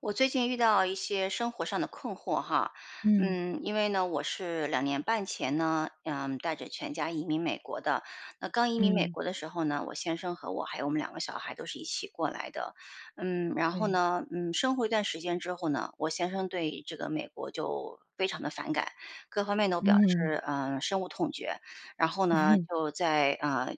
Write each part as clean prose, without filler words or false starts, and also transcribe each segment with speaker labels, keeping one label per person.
Speaker 1: 我最近遇到一些生活上的困惑哈，
Speaker 2: 嗯
Speaker 1: 因为呢，我是2年半前呢，带着全家移民美国的。那刚移民美
Speaker 2: 嗯，
Speaker 1: 国的时候呢，我先生和我还有我们两个小孩都是一起过来的，然后
Speaker 2: 对，
Speaker 1: 呢，生活一段时间之后呢，我先生对这个美国就非常的反感，各方面都表
Speaker 2: 嗯
Speaker 1: 示深恶痛绝，然后呢，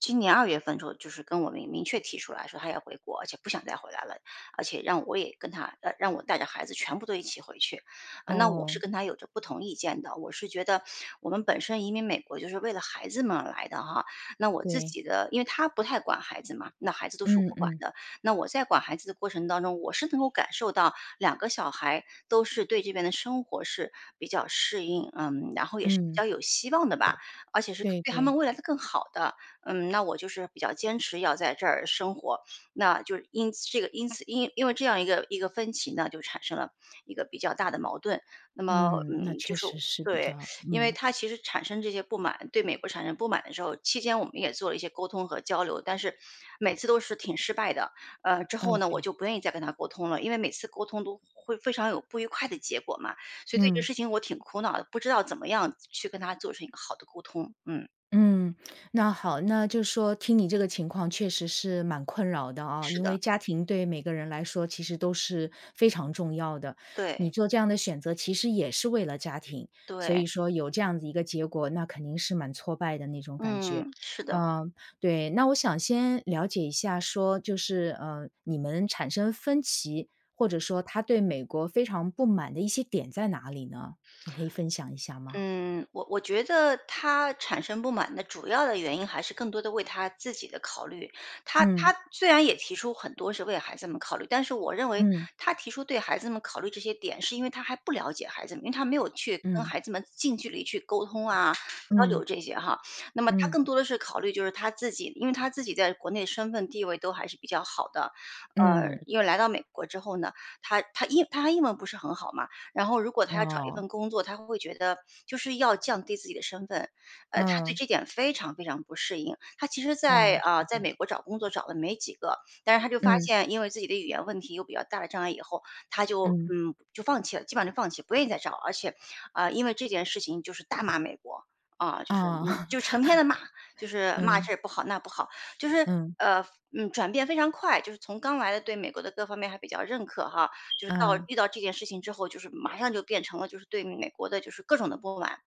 Speaker 1: 今年二月份之后，就是跟我明确提出来说他要回国，而且不想再回来了，而且让我也跟他呃，让我带着孩子全部都一起回去。那我
Speaker 2: 哦，
Speaker 1: 是跟他有着不同意见的，我是觉得我们本身移民美国就是为了孩子们而来的哈，那我自
Speaker 2: 对，
Speaker 1: 己的因为他不太管孩子嘛，那孩子都是我
Speaker 2: 嗯
Speaker 1: 管
Speaker 2: 嗯
Speaker 1: 的，那我在管孩子的过程当中，我是能够感受到两个小孩都是对这边的生活是比较适应，然后也是比
Speaker 2: 嗯，
Speaker 1: 较有希望的吧，而且是
Speaker 2: 对
Speaker 1: 对他
Speaker 2: 对，
Speaker 1: 们未来的更好的，那我就是比较坚持要在这儿生活，那就是因此这个因此因因为这样一个分歧呢，就产生了一个比较大的矛盾。那么，
Speaker 2: 嗯，那
Speaker 1: 就
Speaker 2: 确
Speaker 1: 是
Speaker 2: 实是比
Speaker 1: 对，
Speaker 2: 较
Speaker 1: 因为
Speaker 2: 嗯
Speaker 1: 他其实产生这些不满，对美国产生不满的时候，期间我们也做了一些沟通和交流，但是每次都是挺失败的。之后呢，我
Speaker 2: ，OK，
Speaker 1: 就不愿意再跟他沟通了，因为每次沟通都会非常有不愉快的结果嘛。所以对这个
Speaker 2: 嗯。
Speaker 1: 事情我挺苦恼的，不知道怎么样去跟他做成一个好的沟通。嗯，
Speaker 2: 嗯，那好，那就说听你这个情况确实是蛮困扰的啊，
Speaker 1: 是
Speaker 2: 因为
Speaker 1: 的，
Speaker 2: 家庭对每个人来说其实都是非常重要的。你
Speaker 1: 对
Speaker 2: 做这样的选择其实也是为了家庭，所
Speaker 1: 对，
Speaker 2: 以说有这样子一个结果，那肯定是蛮挫败的那种感觉。
Speaker 1: 嗯，是的。
Speaker 2: 嗯，对，那我想先了解一下说就是你们产生分歧，或者说他对美国非常不满的一些点在哪里呢？你可以分享一下吗？
Speaker 1: 嗯，我觉得他产生不满的主要的原因还是更多的为他自己的考虑。他
Speaker 2: 嗯
Speaker 1: 他虽然也提出很多是为孩子们考虑，但是我认为
Speaker 2: 嗯嗯
Speaker 1: 他提出对孩子们考虑这些点，是因为他还不了解孩子们，因为他没有去跟
Speaker 2: 嗯
Speaker 1: 孩子们近距离去沟通啊、交流
Speaker 2: 嗯。
Speaker 1: 这些哈。那么他
Speaker 2: 嗯，
Speaker 1: 更多的是考虑就是他自己，因为他自己在国内身份地位都还是比较好的。
Speaker 2: 嗯，
Speaker 1: 因为来到美国之后呢，他英文不是很好嘛，然后如果他要找一
Speaker 2: 哦，
Speaker 1: 份工作，他会觉得就是要降低自己的身份，他对
Speaker 2: 嗯，
Speaker 1: 这点非常非常不适应。他其实
Speaker 2: 哦，是
Speaker 1: 在
Speaker 2: 的，
Speaker 1: 美国找工作找了没几个，但是他就发
Speaker 2: 嗯，
Speaker 1: 现因为自己的语言问题有比较大的障碍以后，他就，
Speaker 2: 嗯，
Speaker 1: 嗯，就放弃了，基本上就放弃，不愿意再找，而且，因为这件事情就是大骂美国，就是，
Speaker 2: 哦，
Speaker 1: 就成 天的骂，就是骂
Speaker 2: 嗯，
Speaker 1: 这儿不好那不好，就是，
Speaker 2: 嗯，
Speaker 1: 呃，转变非常快，就是从刚来的对美国的各方面还比较认可哈，就是到
Speaker 2: 啊，
Speaker 1: 遇到这件事情之后，就是马上就变成了就是对美国的就是各种的不满。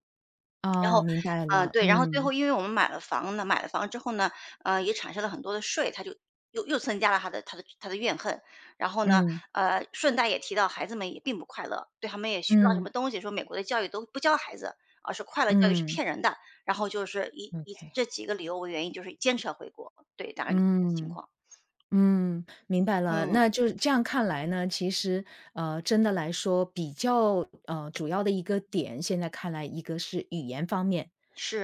Speaker 2: 哦，明白了，
Speaker 1: 对，然后最后
Speaker 2: 嗯，
Speaker 1: 因为我们买了房呢，买了房之后呢，也产生了很多的税，他就又增加了他的怨恨。然后呢，
Speaker 2: 嗯，
Speaker 1: 顺带也提到孩子们也并不快乐，对他们也学不到什
Speaker 2: 嗯，
Speaker 1: 么东西，说美国的教育都不教孩子，是快乐教育是
Speaker 2: 嗯，
Speaker 1: 骗人的。然后就是以
Speaker 2: OK
Speaker 1: 这几个理由为原因，就是坚持要回国，对，大概是这么个情
Speaker 2: 嗯。
Speaker 1: 况。
Speaker 2: 嗯，明白了。
Speaker 1: 嗯，
Speaker 2: 那就是这样看来呢，其实真的来说，比较主要的一个点，现在看来一个是语言方面，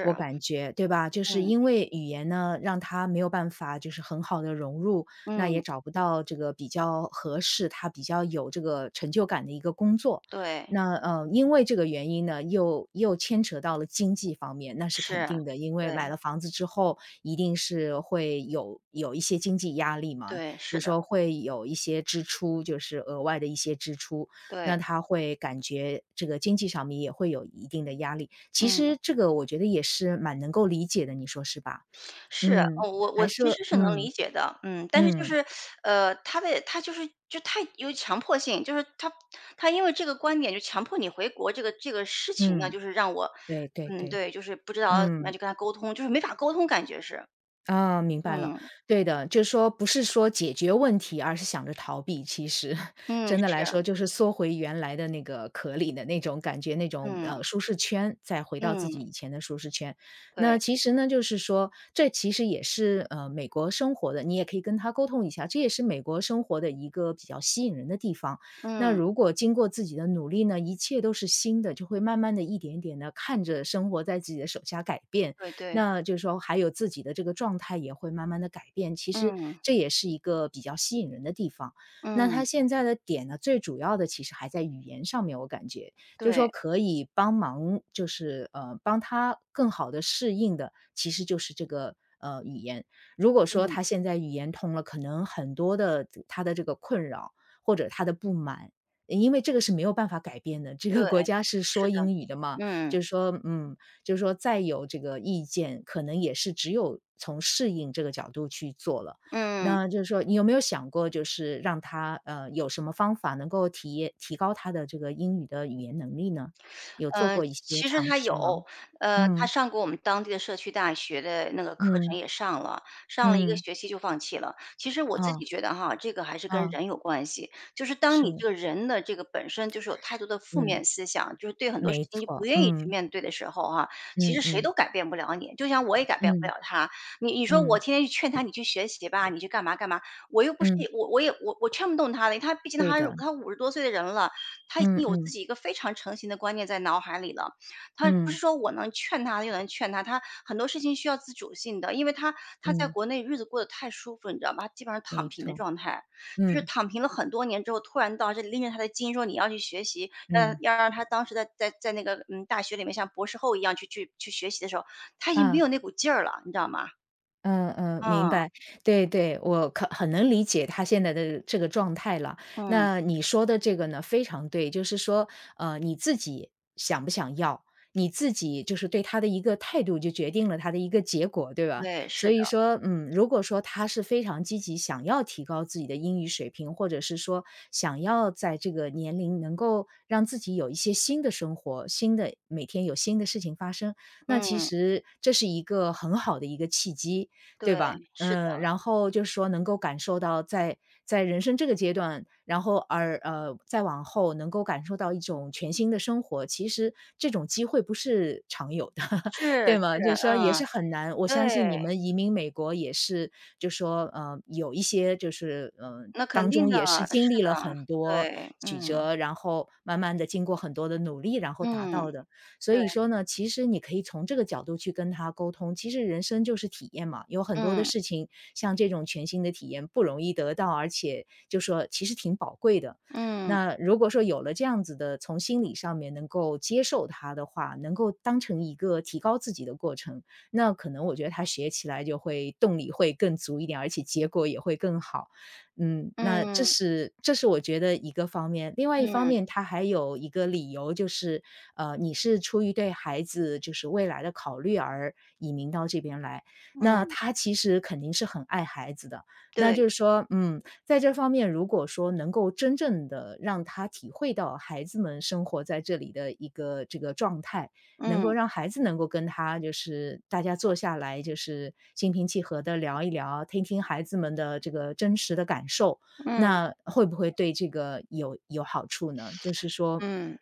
Speaker 2: 我感觉对吧？就是
Speaker 1: 嗯，
Speaker 2: 因为语言呢，让他没有办法就是很好的融入，那也
Speaker 1: 嗯，
Speaker 2: 找不到这个比较合适他比较有这个成就感的一个工作。
Speaker 1: 对，
Speaker 2: 那因为这个原因呢，又牵扯到了经济方面，那是肯
Speaker 1: 是，
Speaker 2: 定的，因为买
Speaker 1: 对。
Speaker 2: 了房子之后。一定是会有一些经济压力嘛，
Speaker 1: 对，
Speaker 2: 就
Speaker 1: 是
Speaker 2: 是
Speaker 1: 的，
Speaker 2: 说会有一些支出，就是额外的一些支出，
Speaker 1: 对，
Speaker 2: 那他会感觉这个经济上面也会有一定的压力。其
Speaker 1: 嗯，
Speaker 2: 实这个我觉得也是蛮能够理解的，你说是吧？
Speaker 1: 是，
Speaker 2: 嗯，
Speaker 1: 哦我
Speaker 2: 还
Speaker 1: 其
Speaker 2: 是
Speaker 1: 实是能理
Speaker 2: 嗯，
Speaker 1: 解的，但是就
Speaker 2: 嗯，
Speaker 1: 是，他就太有强迫性，就是他因为这个观点就强迫你回国，这个事情呢，
Speaker 2: 嗯，
Speaker 1: 就是让我，
Speaker 2: 对对对，
Speaker 1: 对，就是不知道怎么样
Speaker 2: 嗯。
Speaker 1: 去跟他沟通，就是没法沟通，感觉是，
Speaker 2: 啊，明白了。
Speaker 1: 嗯
Speaker 2: 对的，就是说不是说解决问题，而是想着逃避。其实
Speaker 1: 嗯
Speaker 2: 真的
Speaker 1: 是，
Speaker 2: 来说，就是缩回原来的那个壳里的那种感觉，那种
Speaker 1: 嗯
Speaker 2: 舒适圈，再回到自己
Speaker 1: 嗯
Speaker 2: 以前的舒适圈。那
Speaker 1: 对，
Speaker 2: 其实呢，就是说这其实也是美国生活的，你也可以跟他沟通一下，这也是美国生活的一个比较吸引人的地方。那
Speaker 1: 嗯
Speaker 2: 如果经过自己的努力呢，一切都是新的，就会慢慢的一点点的看着生活在自己的手下改变。
Speaker 1: 对对，
Speaker 2: 那就是说还有自己的这个状态也会慢慢的改变，其实
Speaker 1: 嗯
Speaker 2: 这也是一个比较吸引人的地方。那
Speaker 1: 嗯
Speaker 2: 他现在的点呢，最主要的其实还在语言上面，我感觉，就是说
Speaker 1: 对，
Speaker 2: 可以帮忙就是，帮他更好的适应的，其实就是这个，语言。如果说
Speaker 1: 嗯
Speaker 2: 他现在语言通了，可能很多的他的这个困扰或者他的不满，因为这个是没有办法改变的，这
Speaker 1: 对，
Speaker 2: 个国家是
Speaker 1: 是
Speaker 2: 说
Speaker 1: 的，
Speaker 2: 英语的嘛，
Speaker 1: 嗯
Speaker 2: 就是说，嗯，就是说再有这个意见，可能也是只有从适应这个角度去做了。
Speaker 1: 嗯。
Speaker 2: 那就是说，你有没有想过，就是让他有什么方法能够提高他的这个英语的语言能力呢？有做
Speaker 1: 嗯，
Speaker 2: 过一些
Speaker 1: 其实
Speaker 2: 尝
Speaker 1: 他
Speaker 2: 试
Speaker 1: 有，
Speaker 2: 吗？
Speaker 1: 他
Speaker 2: 嗯
Speaker 1: 上过我们当地的社区大学的那个课程
Speaker 2: 嗯
Speaker 1: 也上了，上了一个
Speaker 2: 嗯，
Speaker 1: 学期就放弃了。其实我自
Speaker 2: 啊
Speaker 1: 己觉得哈，这个还是跟
Speaker 2: 啊，
Speaker 1: 人有关系，就是当你这
Speaker 2: 是，
Speaker 1: 个人的这个本身就是有太多的负
Speaker 2: 嗯，
Speaker 1: 面思想，就是对很多事
Speaker 2: 没
Speaker 1: 情就不
Speaker 2: 错，
Speaker 1: 愿意去
Speaker 2: 嗯
Speaker 1: 面对的时候哈，其
Speaker 2: 嗯
Speaker 1: 实谁
Speaker 2: 嗯
Speaker 1: 都改变不了你，就像我也改变不
Speaker 2: 嗯
Speaker 1: 了他。你说我
Speaker 2: 嗯
Speaker 1: 天天去劝他，你去学习吧，你去干嘛干嘛，我又不是
Speaker 2: 嗯，
Speaker 1: 我我也我我劝不动他的，他毕竟
Speaker 2: 对
Speaker 1: 他
Speaker 2: 的，
Speaker 1: 他50多岁的人了，他已经
Speaker 2: 嗯
Speaker 1: 有自
Speaker 2: 嗯
Speaker 1: 己一个非常成型的观念在脑海里了。他不是
Speaker 2: 嗯
Speaker 1: 说我能劝他又能劝他，他很多事情需要自主性的，因为他在
Speaker 2: 嗯，
Speaker 1: 国内日子过得太舒服，你知道吗？他基本上躺
Speaker 2: 没
Speaker 1: 平的
Speaker 2: 错，
Speaker 1: 状态，就是
Speaker 2: 嗯
Speaker 1: 躺平了很多年之后，突然到这里拎着他的筋说你要去学习，要
Speaker 2: 嗯
Speaker 1: 要让他当时在那个大学里面像博士后一样去学习的时候，他已经没
Speaker 2: 啊。
Speaker 1: 有那股劲儿了，你知道吗？
Speaker 2: 嗯嗯，明
Speaker 1: 嗯
Speaker 2: 白，对对，我可很能理解他现在的这个状态了。
Speaker 1: 嗯，
Speaker 2: 那你说的这个呢，非常对，就是说，你自己想不想要，你自己就是对他的一个态度，就决定了他的一个结果，对吧？
Speaker 1: 对，是
Speaker 2: 所
Speaker 1: 的，
Speaker 2: 以说，嗯，如果说他是非常积极，想要提高自己的英语水平，或者是说想要在这个年龄能够让自己有一些新的生活，新的每天有新的事情发生，那其
Speaker 1: 嗯，
Speaker 2: 实这是一个很好的一个契机。对
Speaker 1: 对，
Speaker 2: 吧？
Speaker 1: 是
Speaker 2: 嗯，
Speaker 1: 的，
Speaker 2: 然后就是说能够感受到在人生这个阶段，然后而再往后能够感受到一种全新的生活，其实这种机会不是常有的，
Speaker 1: 是
Speaker 2: 对吗？就
Speaker 1: 是，
Speaker 2: 是说也
Speaker 1: 嗯，
Speaker 2: 是很难，我相信你
Speaker 1: 对。
Speaker 2: 们移民美国也是，就说有一些就是
Speaker 1: 那肯
Speaker 2: 当
Speaker 1: 定
Speaker 2: 中
Speaker 1: 的，
Speaker 2: 也是经
Speaker 1: 是
Speaker 2: 历了
Speaker 1: 的，
Speaker 2: 很多
Speaker 1: 对，
Speaker 2: 曲
Speaker 1: 嗯，
Speaker 2: 折，然后慢慢的经过很多的努力，然后达到
Speaker 1: 嗯，
Speaker 2: 的。所
Speaker 1: 对，
Speaker 2: 以说呢，其实你可以从这个角度去跟他沟通。其实人生就是体验嘛，有很多的
Speaker 1: 嗯，
Speaker 2: 事情，像这种全新的体验不容易得到，而且就说其实挺宝贵的。
Speaker 1: 嗯，
Speaker 2: 那如果说有了这样子的，从心理上面能够接受它的话，能够当成一个提高自己的过程，那可能我觉得他学起来就会动力会更足一点，而且结果也会更好。嗯，那这
Speaker 1: 嗯，
Speaker 2: 是这是我觉得一个方面。另外一方
Speaker 1: 嗯，
Speaker 2: 面，他还有一个理由就是，你是出于对孩子就是未来的考虑而移民到这边来，那
Speaker 1: 嗯，
Speaker 2: 他其实肯定是很爱孩子的。那
Speaker 1: 对，
Speaker 2: 就是说，嗯，在这方面，如果说能够真正的让他体会到孩子们生活在这里的一个这个状态，能够
Speaker 1: 嗯，
Speaker 2: 让孩子能够跟他就是大家坐下来，就是心平气和的聊一聊，听听孩子们的这个真实的感受，
Speaker 1: 嗯，
Speaker 2: 那会不会对这个有好处呢？就是说
Speaker 1: 嗯。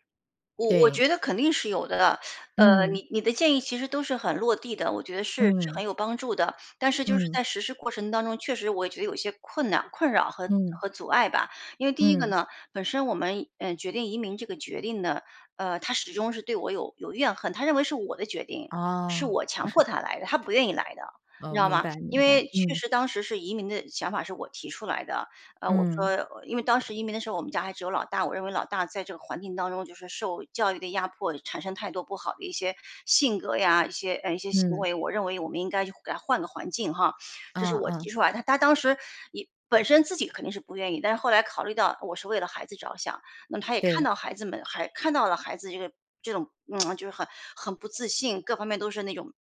Speaker 1: 我
Speaker 2: 对，
Speaker 1: 觉得肯定是有的，
Speaker 2: 嗯，
Speaker 1: 你的建议其实都是很落地的，我觉得是很
Speaker 2: 嗯，
Speaker 1: 有帮助的。但是就是
Speaker 2: 嗯，
Speaker 1: 在实施过程当中，确实我也觉得有些困难、困扰和
Speaker 2: 嗯，
Speaker 1: 和阻碍吧。因为第一个
Speaker 2: 嗯，
Speaker 1: 呢，本身我们决定移民这个决定呢，他始终是对我有怨恨，他认为是我的决定，是
Speaker 2: 哦，
Speaker 1: 我强迫他来的，他不愿意来的，你
Speaker 2: 哦，
Speaker 1: 知道
Speaker 2: 明
Speaker 1: 吗？
Speaker 2: 白
Speaker 1: 因
Speaker 2: 明
Speaker 1: 为
Speaker 2: 白，
Speaker 1: 确
Speaker 2: 嗯，
Speaker 1: 实当时是移民的想法是我提出来的，我说
Speaker 2: 嗯，
Speaker 1: 因为当时移民的时候，我们家还只有老大，我认为老大在这个环境当中，就是受教育的压迫，产生太多不好的一些性格呀，一些行
Speaker 2: 嗯，
Speaker 1: 为，我认为我们应该就给他换个环境哈，
Speaker 2: 啊
Speaker 1: 这是我
Speaker 2: 啊，
Speaker 1: 提出来他当时也本身自己肯定是不愿意，但是后来考虑到我是为了孩子着想，那么他也看
Speaker 2: 对
Speaker 1: 到孩子们，还看到了孩子这种，就是很不自信，各方面都是那种。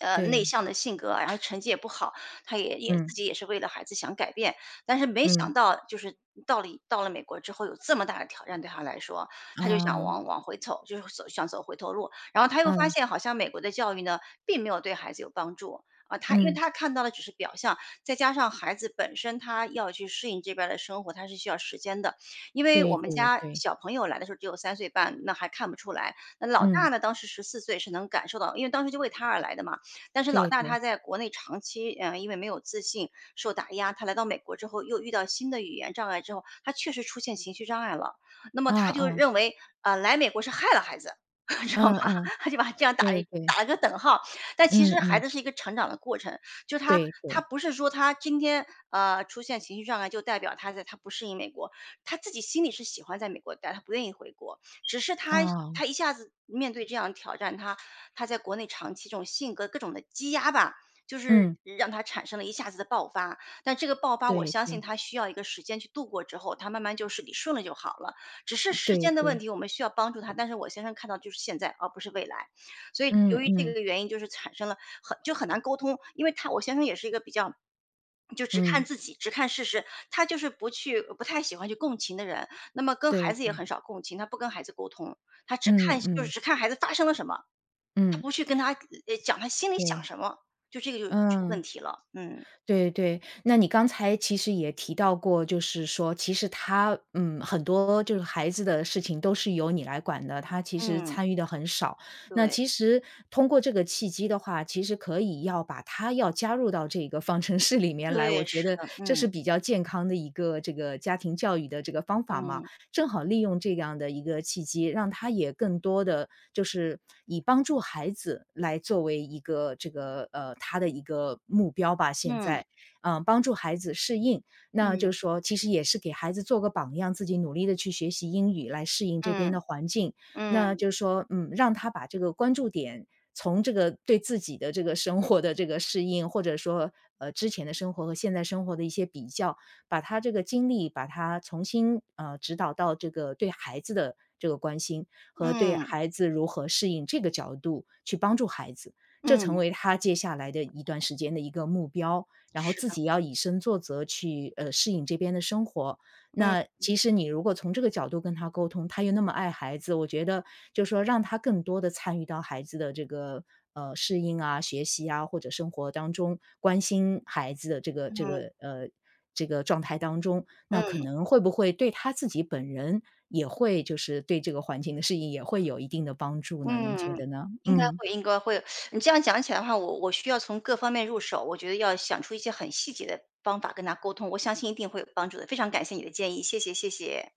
Speaker 1: 内
Speaker 2: 对，
Speaker 1: 向的性格啊，然后成绩也不好，他也自
Speaker 2: 嗯，
Speaker 1: 己也是为了孩子想改变，但是没想
Speaker 2: 嗯，
Speaker 1: 到就是到了美国之后有这么大的挑战对他来说，他就想
Speaker 2: 啊，
Speaker 1: 往回走，就是想走回头路。然后他又发
Speaker 2: 嗯，
Speaker 1: 现好像美国的教育呢，并没有对孩子有帮助。他因为
Speaker 2: 嗯，
Speaker 1: 他看到的只是表象，再加上孩子本身他要去适应这边儿的生活，他是需要时间的。因为我
Speaker 2: 对
Speaker 1: 们
Speaker 2: 对
Speaker 1: 家
Speaker 2: 对，
Speaker 1: 小朋友来的时候只有3岁半，那还看不出来。那老大
Speaker 2: 嗯，
Speaker 1: 呢，当时14岁是能感受到，因为当时就为他而来的嘛，但是老
Speaker 2: 对
Speaker 1: 大他
Speaker 2: 对，
Speaker 1: 在国内长期，因为没有自信，受打压，他来到美国之后，又遇到新的语言障碍之后，他确实出现情绪障碍了。那么
Speaker 2: 啊
Speaker 1: 他就
Speaker 2: 啊，
Speaker 1: 认为，来美国是害了孩子，知道吗？
Speaker 2: 嗯嗯，
Speaker 1: 他就把这样打了
Speaker 2: 对
Speaker 1: 一
Speaker 2: 对。
Speaker 1: 打了个等号。但其
Speaker 2: 嗯
Speaker 1: 实孩
Speaker 2: 嗯，
Speaker 1: 子是一个成长的过程，就他
Speaker 2: 对
Speaker 1: 他
Speaker 2: 对，
Speaker 1: 不是说他今天，出现情绪障碍就代表他不适应美国，他自己心里是喜欢在美国待，他不愿意回国。只是他
Speaker 2: 啊，
Speaker 1: 他一下子面对这样的挑战，他在国内长期这种性格各种的积压吧，就是
Speaker 2: 嗯，
Speaker 1: 让他产生了一下子的爆发。但这个爆发，我
Speaker 2: 对
Speaker 1: 相信
Speaker 2: 对，
Speaker 1: 他需要一个时间去度过之后，他慢慢就是理顺了就好了。只是时
Speaker 2: 对
Speaker 1: 间的问
Speaker 2: 对，
Speaker 1: 题，我们需要帮助他。但是我先生看到就是现在，而不是未来。所以由
Speaker 2: 嗯
Speaker 1: 于这
Speaker 2: 嗯
Speaker 1: 个原因，就是产生了很难沟通，因为我先生也是一个比较。就只看
Speaker 2: 嗯，
Speaker 1: 自己，只看事实，他就是不去，不太喜欢去共情的人。那么跟孩
Speaker 2: 对
Speaker 1: 子也
Speaker 2: 对，
Speaker 1: 很少共情，他不跟孩子沟通，他只
Speaker 2: 嗯
Speaker 1: 看就是
Speaker 2: 嗯
Speaker 1: 只看孩子发生了什么，他
Speaker 2: 嗯，
Speaker 1: 不去跟他讲他心里想
Speaker 2: 对，
Speaker 1: 什么，就这个就是个问
Speaker 2: 嗯，
Speaker 1: 题了。嗯
Speaker 2: 对对。那你刚才其实也提到过，就是说其实他，嗯，很多就是孩子的事情都是由你来管的，他其实
Speaker 1: 嗯，
Speaker 2: 参与的很少。那
Speaker 1: 对
Speaker 2: 其实通过这个契机的话，其实可以要把他要加入到这个方程式里面来，
Speaker 1: 对，
Speaker 2: 我觉
Speaker 1: 是
Speaker 2: 得
Speaker 1: 的，
Speaker 2: 这是
Speaker 1: 嗯
Speaker 2: 比较健康的一个这个家庭教育的这个方法嘛。
Speaker 1: 嗯
Speaker 2: 正好利用这样的一个契机，让他也更多的就是以帮助孩子来作为一个这个，他的一个目标吧，现
Speaker 1: 嗯
Speaker 2: 在。嗯，帮助孩子适应，那就
Speaker 1: 嗯
Speaker 2: 是说其实也是给孩子做个榜样，自己努力的去学习英语来适应这边
Speaker 1: 嗯
Speaker 2: 的环境。
Speaker 1: 嗯
Speaker 2: 那就是说，嗯，让他把这个关注点从这个对自己的这个生活的这个适应，或者说，之前的生活和现在生活的一些比较，把他这个精力，把他重新指导到这个对孩子的这个关心和对
Speaker 1: 嗯
Speaker 2: 孩子如何适应这个角度去帮助孩子，这成
Speaker 1: 嗯，
Speaker 2: 为他接下来的一段时间的一个目标。然后
Speaker 1: 是
Speaker 2: 自
Speaker 1: 的，
Speaker 2: 己要以身作则去适应这边的生活，那
Speaker 1: 嗯
Speaker 2: 其实你如果从这个角度跟他沟通，他又那么爱孩子，我觉得就说让他更多的参与到孩子的这个，适应啊、学习啊，或者生活当中，关心孩子的这个这
Speaker 1: 嗯
Speaker 2: 个，这个状态当中，那可
Speaker 1: 嗯
Speaker 2: 能会不会对他自己本人也会就是对这个环境的适应也会有一定的帮助呢？您觉
Speaker 1: 嗯，
Speaker 2: 得呢？
Speaker 1: 应该
Speaker 2: 嗯。
Speaker 1: 会应该会。你这样讲起来的话，我需要从各方面入手，我觉得要想出一些很细节的方法跟他沟通，我相信一定会有帮助的。非常感谢你的建议，谢谢谢谢。